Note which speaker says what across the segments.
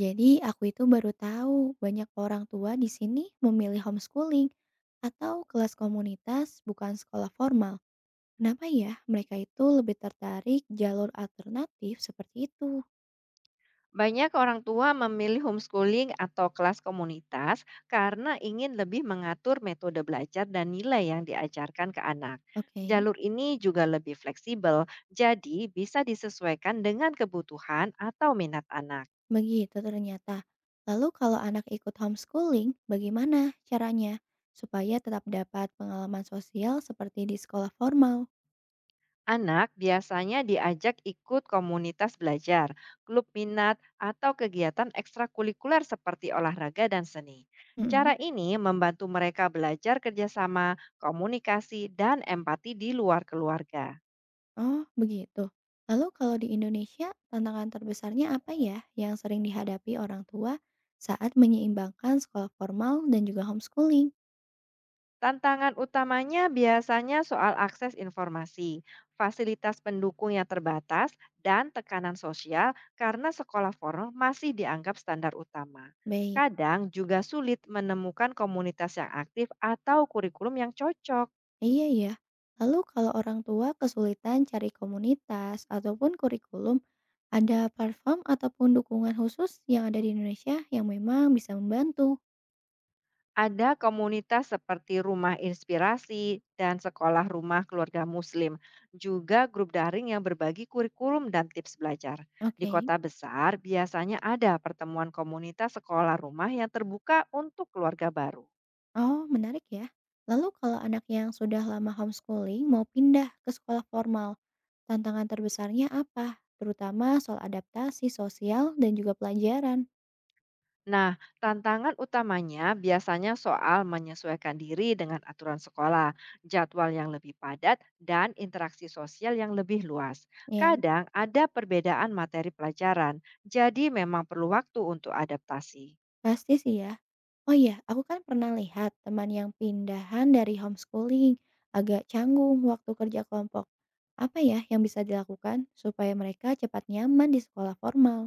Speaker 1: Jadi aku itu baru tahu banyak orang tua di sini memilih homeschooling atau kelas komunitas bukan sekolah formal. Kenapa ya mereka itu lebih tertarik jalur alternatif seperti itu?
Speaker 2: Banyak orang tua memilih homeschooling atau kelas komunitas karena ingin lebih mengatur metode belajar dan nilai yang diajarkan ke anak.
Speaker 1: Oke,
Speaker 2: Jalur ini juga lebih fleksibel, jadi bisa disesuaikan dengan kebutuhan atau minat anak.
Speaker 1: begitu ternyata. Lalu kalau anak ikut homeschooling, bagaimana caranya supaya tetap dapat pengalaman sosial seperti di sekolah formal?
Speaker 2: Anak biasanya diajak ikut komunitas belajar, klub minat, atau kegiatan ekstrakurikuler seperti olahraga dan seni.
Speaker 1: Mm-mm.
Speaker 2: Cara ini membantu mereka belajar kerjasama, komunikasi, dan empati di luar keluarga.
Speaker 1: Oh, begitu. Lalu kalau di Indonesia, tantangan terbesarnya apa ya yang sering dihadapi orang tua saat menyeimbangkan sekolah formal dan juga homeschooling?
Speaker 2: Tantangan utamanya biasanya soal akses informasi, fasilitas pendukung yang terbatas, dan tekanan sosial karena sekolah formal masih dianggap standar utama.
Speaker 1: Baik,
Speaker 2: Kadang juga sulit menemukan komunitas yang aktif atau kurikulum yang cocok.
Speaker 1: iya ya. Lalu kalau orang tua kesulitan cari komunitas ataupun kurikulum, ada platform ataupun dukungan khusus yang ada di Indonesia yang memang bisa membantu.
Speaker 2: Ada komunitas seperti Rumah Inspirasi dan Sekolah Rumah Keluarga Muslim, juga grup daring yang berbagi kurikulum dan tips belajar. Di
Speaker 1: Oke.
Speaker 2: kota besar, biasanya ada pertemuan komunitas sekolah rumah yang terbuka untuk keluarga baru.
Speaker 1: Oh, menarik ya. Lalu kalau anak yang sudah lama homeschooling mau pindah ke sekolah formal, tantangan terbesarnya apa? Terutama soal adaptasi sosial dan juga pelajaran.
Speaker 2: Nah, tantangan utamanya biasanya soal menyesuaikan diri dengan aturan sekolah, jadwal yang lebih padat, dan interaksi sosial yang lebih luas.
Speaker 1: Ya,
Speaker 2: Kadang ada perbedaan materi pelajaran, jadi memang perlu waktu untuk adaptasi.
Speaker 1: pasti sih ya. Oh iya, aku kan pernah lihat teman yang pindahan dari homeschooling agak canggung waktu kerja kelompok. Apa ya yang bisa dilakukan supaya mereka cepat nyaman di sekolah formal?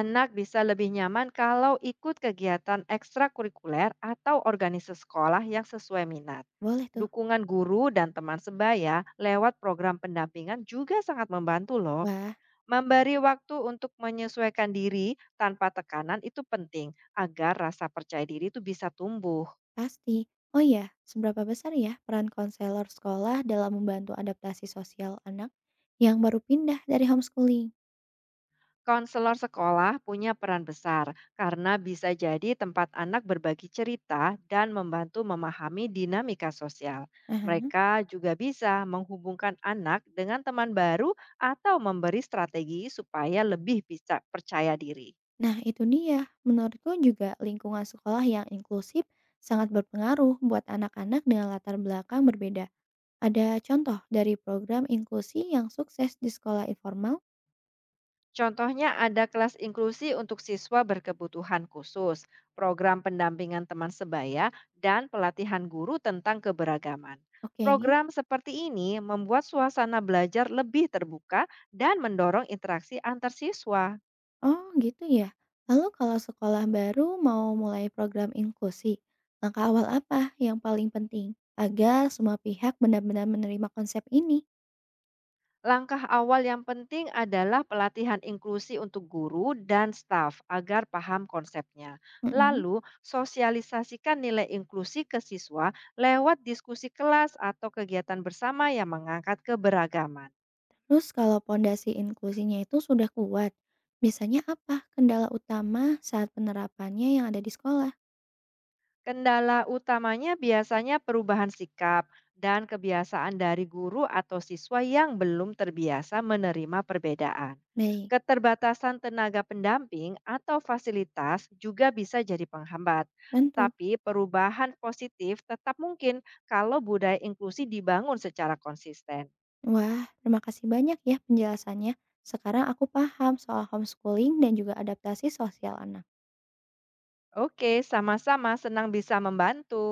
Speaker 2: Anak bisa lebih nyaman kalau ikut kegiatan ekstrakurikuler atau organisasi sekolah yang sesuai minat.
Speaker 1: Boleh tuh.
Speaker 2: Dukungan guru dan teman sebaya lewat program pendampingan juga sangat membantu loh.
Speaker 1: Wah,
Speaker 2: Memberi waktu untuk menyesuaikan diri tanpa tekanan itu penting agar rasa percaya diri itu bisa tumbuh.
Speaker 1: pasti. Oh iya, seberapa besar ya peran konselor sekolah dalam membantu adaptasi sosial anak yang baru pindah dari homeschooling?
Speaker 2: Konselor sekolah punya peran besar karena bisa jadi tempat anak berbagi cerita dan membantu memahami dinamika sosial.
Speaker 1: Aha.
Speaker 2: Mereka juga bisa menghubungkan anak dengan teman baru atau memberi strategi supaya lebih bisa percaya diri.
Speaker 1: Nah, itu dia. Menurutku juga lingkungan sekolah yang inklusif sangat berpengaruh buat anak-anak dengan latar belakang berbeda. Ada contoh dari program inklusi yang sukses di sekolah informal?
Speaker 2: Contohnya ada kelas inklusi untuk siswa berkebutuhan khusus, program pendampingan teman sebaya, dan pelatihan guru tentang keberagaman.
Speaker 1: Oke.
Speaker 2: Program seperti ini membuat suasana belajar lebih terbuka dan mendorong interaksi antar siswa.
Speaker 1: Oh, gitu ya. Lalu kalau sekolah baru mau mulai program inklusi, langkah awal apa yang paling penting agar semua pihak benar-benar menerima konsep ini?
Speaker 2: Langkah awal yang penting adalah pelatihan inklusi untuk guru dan staf agar paham konsepnya.
Speaker 1: Mm-mm.
Speaker 2: Lalu, sosialisasikan nilai inklusi ke siswa lewat diskusi kelas atau kegiatan bersama yang mengangkat keberagaman.
Speaker 1: Terus kalau pondasi inklusinya itu sudah kuat, biasanya apa kendala utama saat penerapannya yang ada di sekolah?
Speaker 2: Kendala utamanya biasanya perubahan sikap dan kebiasaan dari guru atau siswa yang belum terbiasa menerima perbedaan.
Speaker 1: Baik,
Speaker 2: Keterbatasan tenaga pendamping atau fasilitas juga bisa jadi penghambat,
Speaker 1: tentu.
Speaker 2: tapi perubahan positif tetap mungkin kalau budaya inklusi dibangun secara konsisten.
Speaker 1: Wah, terima kasih banyak ya penjelasannya. Sekarang aku paham soal homeschooling dan juga adaptasi sosial anak.
Speaker 2: Oke, sama-sama senang bisa membantu.